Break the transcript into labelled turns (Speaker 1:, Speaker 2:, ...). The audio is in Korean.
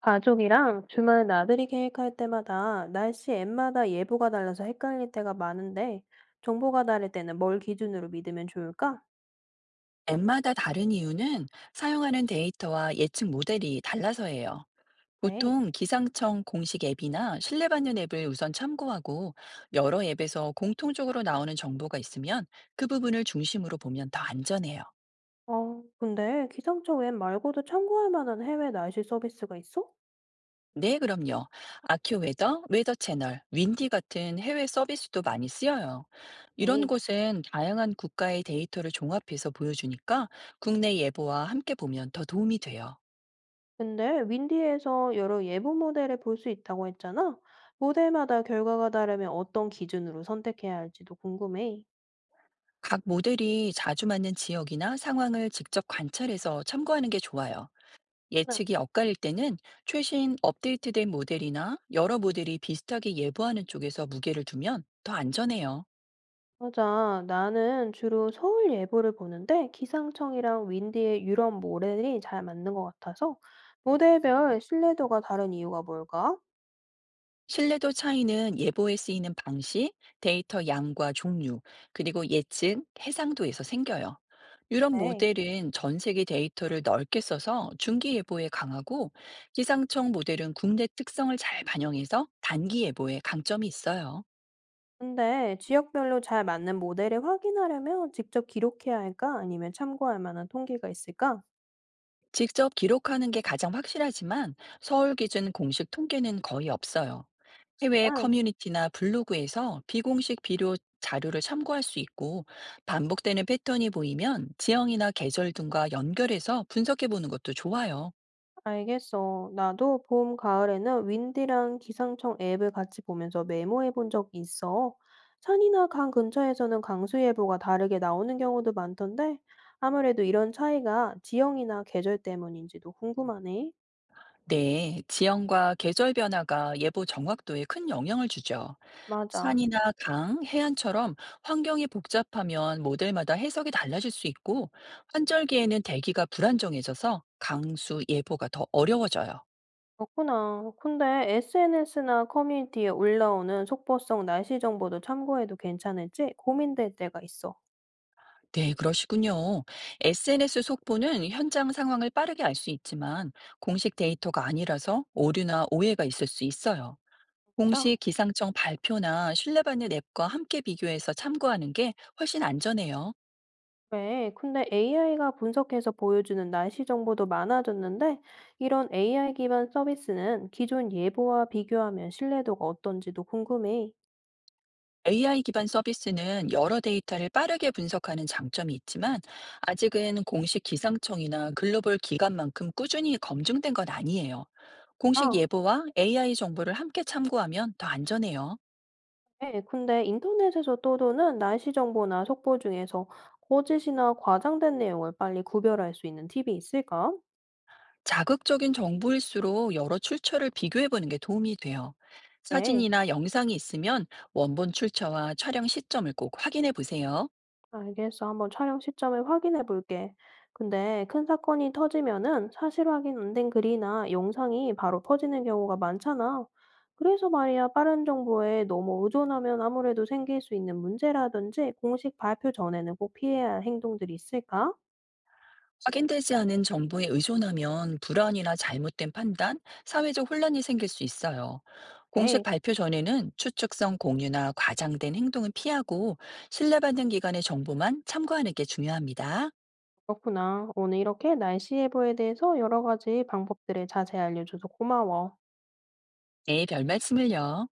Speaker 1: 가족이랑 주말 나들이 계획할 때마다 날씨 앱마다 예보가 달라서 헷갈릴 때가 많은데 정보가 다를 때는 뭘 기준으로 믿으면 좋을까?
Speaker 2: 앱마다 다른 이유는 사용하는 데이터와 예측 모델이 달라서예요.
Speaker 1: 네.
Speaker 2: 보통 기상청 공식 앱이나 신뢰받는 앱을 우선 참고하고 여러 앱에서 공통적으로 나오는 정보가 있으면 그 부분을 중심으로 보면 더 안전해요.
Speaker 1: 근데 기상청 앱 말고도 참고할 만한 해외 날씨 서비스가 있어?
Speaker 2: 네, 그럼요. 아큐웨더, 웨더 채널, 윈디 같은 해외 서비스도 많이 쓰여요. 이런
Speaker 1: 네.
Speaker 2: 곳은 다양한 국가의 데이터를 종합해서 보여주니까 국내 예보와 함께 보면 더 도움이 돼요.
Speaker 1: 근데 윈디에서 여러 예보 모델을 볼 수 있다고 했잖아. 모델마다 결과가 다르면 어떤 기준으로 선택해야 할지도 궁금해.
Speaker 2: 각 모델이 자주 맞는 지역이나 상황을 직접 관찰해서 참고하는 게 좋아요.
Speaker 1: 네.
Speaker 2: 예측이 엇갈릴 때는 최신 업데이트된 모델이나 여러 모델이 비슷하게 예보하는 쪽에서 무게를 두면 더 안전해요.
Speaker 1: 맞아. 나는 주로 서울 예보를 보는데 기상청이랑 윈디의 유럽 모델이 잘 맞는 것 같아서 모델별 신뢰도가 다른 이유가 뭘까?
Speaker 2: 신뢰도 차이는 예보에 쓰이는 방식, 데이터 양과 종류, 그리고 예측, 해상도에서 생겨요. 유럽
Speaker 1: 네.
Speaker 2: 모델은 전 세계 데이터를 넓게 써서 중기 예보에 강하고 기상청 모델은 국내 특성을 잘 반영해서 단기 예보에 강점이 있어요.
Speaker 1: 근데 지역별로 잘 맞는 모델을 확인하려면 직접 기록해야 할까? 아니면 참고할 만한 통계가 있을까?
Speaker 2: 직접 기록하는 게 가장 확실하지만 서울 기준 공식 통계는 거의 없어요. 해외 커뮤니티나 블로그에서 비공식 비료 자료를 참고할 수 있고 반복되는 패턴이 보이면 지형이나 계절 등과 연결해서 분석해 보는 것도 좋아요.
Speaker 1: 알겠어. 나도 봄, 가을에는 윈디랑 기상청 앱을 같이 보면서 메모해 본 적 있어. 산이나 강 근처에서는 강수예보가 다르게 나오는 경우도 많던데, 아무래도 이런 차이가 지형이나 계절 때문인지도 궁금하네.
Speaker 2: 네, 지형과 계절 변화가 예보 정확도에 큰 영향을 주죠.
Speaker 1: 맞아.
Speaker 2: 산이나 강, 해안처럼 환경이 복잡하면 모델마다 해석이 달라질 수 있고, 환절기에는 대기가 불안정해져서 강수 예보가 더 어려워져요.
Speaker 1: 그렇구나. 근데 SNS나 커뮤니티에 올라오는 속보성 날씨 정보도 참고해도 괜찮을지 고민될 때가 있어.
Speaker 2: 네, 그러시군요. SNS 속보는 현장 상황을 빠르게 알 수 있지만, 공식 데이터가 아니라서 오류나 오해가 있을 수 있어요.
Speaker 1: 진짜?
Speaker 2: 공식 기상청 발표나 신뢰받는 앱과 함께 비교해서 참고하는 게 훨씬 안전해요.
Speaker 1: 네, 근데 AI가 분석해서 보여주는 날씨 정보도 많아졌는데, 이런 AI 기반 서비스는 기존 예보와 비교하면 신뢰도가 어떤지도 궁금해.
Speaker 2: AI 기반 서비스는 여러 데이터를 빠르게 분석하는 장점이 있지만 아직은 공식 기상청이나 글로벌 기관만큼 꾸준히 검증된 건 아니에요. 공식
Speaker 1: 아,
Speaker 2: 예보와 AI 정보를 함께 참고하면 더 안전해요.
Speaker 1: 네, 근데 인터넷에서 떠도는 날씨 정보나 속보 중에서 거짓이나 과장된 내용을 빨리 구별할 수 있는 팁이 있을까?
Speaker 2: 자극적인 정보일수록 여러 출처를 비교해 보는 게 도움이 돼요.
Speaker 1: 네.
Speaker 2: 사진이나 영상이 있으면 원본 출처와 촬영 시점을 꼭 확인해 보세요.
Speaker 1: 알겠어. 한번 촬영 시점을 확인해 볼게. 근데 큰 사건이 터지면은 사실 확인 안된 글이나 영상이 바로 퍼지는 경우가 많잖아. 그래서 말이야, 빠른 정보에 너무 의존하면 아무래도 생길 수 있는 문제라든지 공식 발표 전에는 꼭 피해야 할 행동들이 있을까?
Speaker 2: 확인되지 않은 정보에 의존하면 불안이나 잘못된 판단, 사회적 혼란이 생길 수 있어요. 공식
Speaker 1: 에이,
Speaker 2: 발표 전에는 추측성 공유나 과장된 행동은 피하고 신뢰받는 기관의 정보만 참고하는 게 중요합니다.
Speaker 1: 그렇구나. 오늘 이렇게 날씨 예보에 대해서 여러 가지 방법들을 자세히 알려줘서 고마워.
Speaker 2: 네, 별 말씀을요.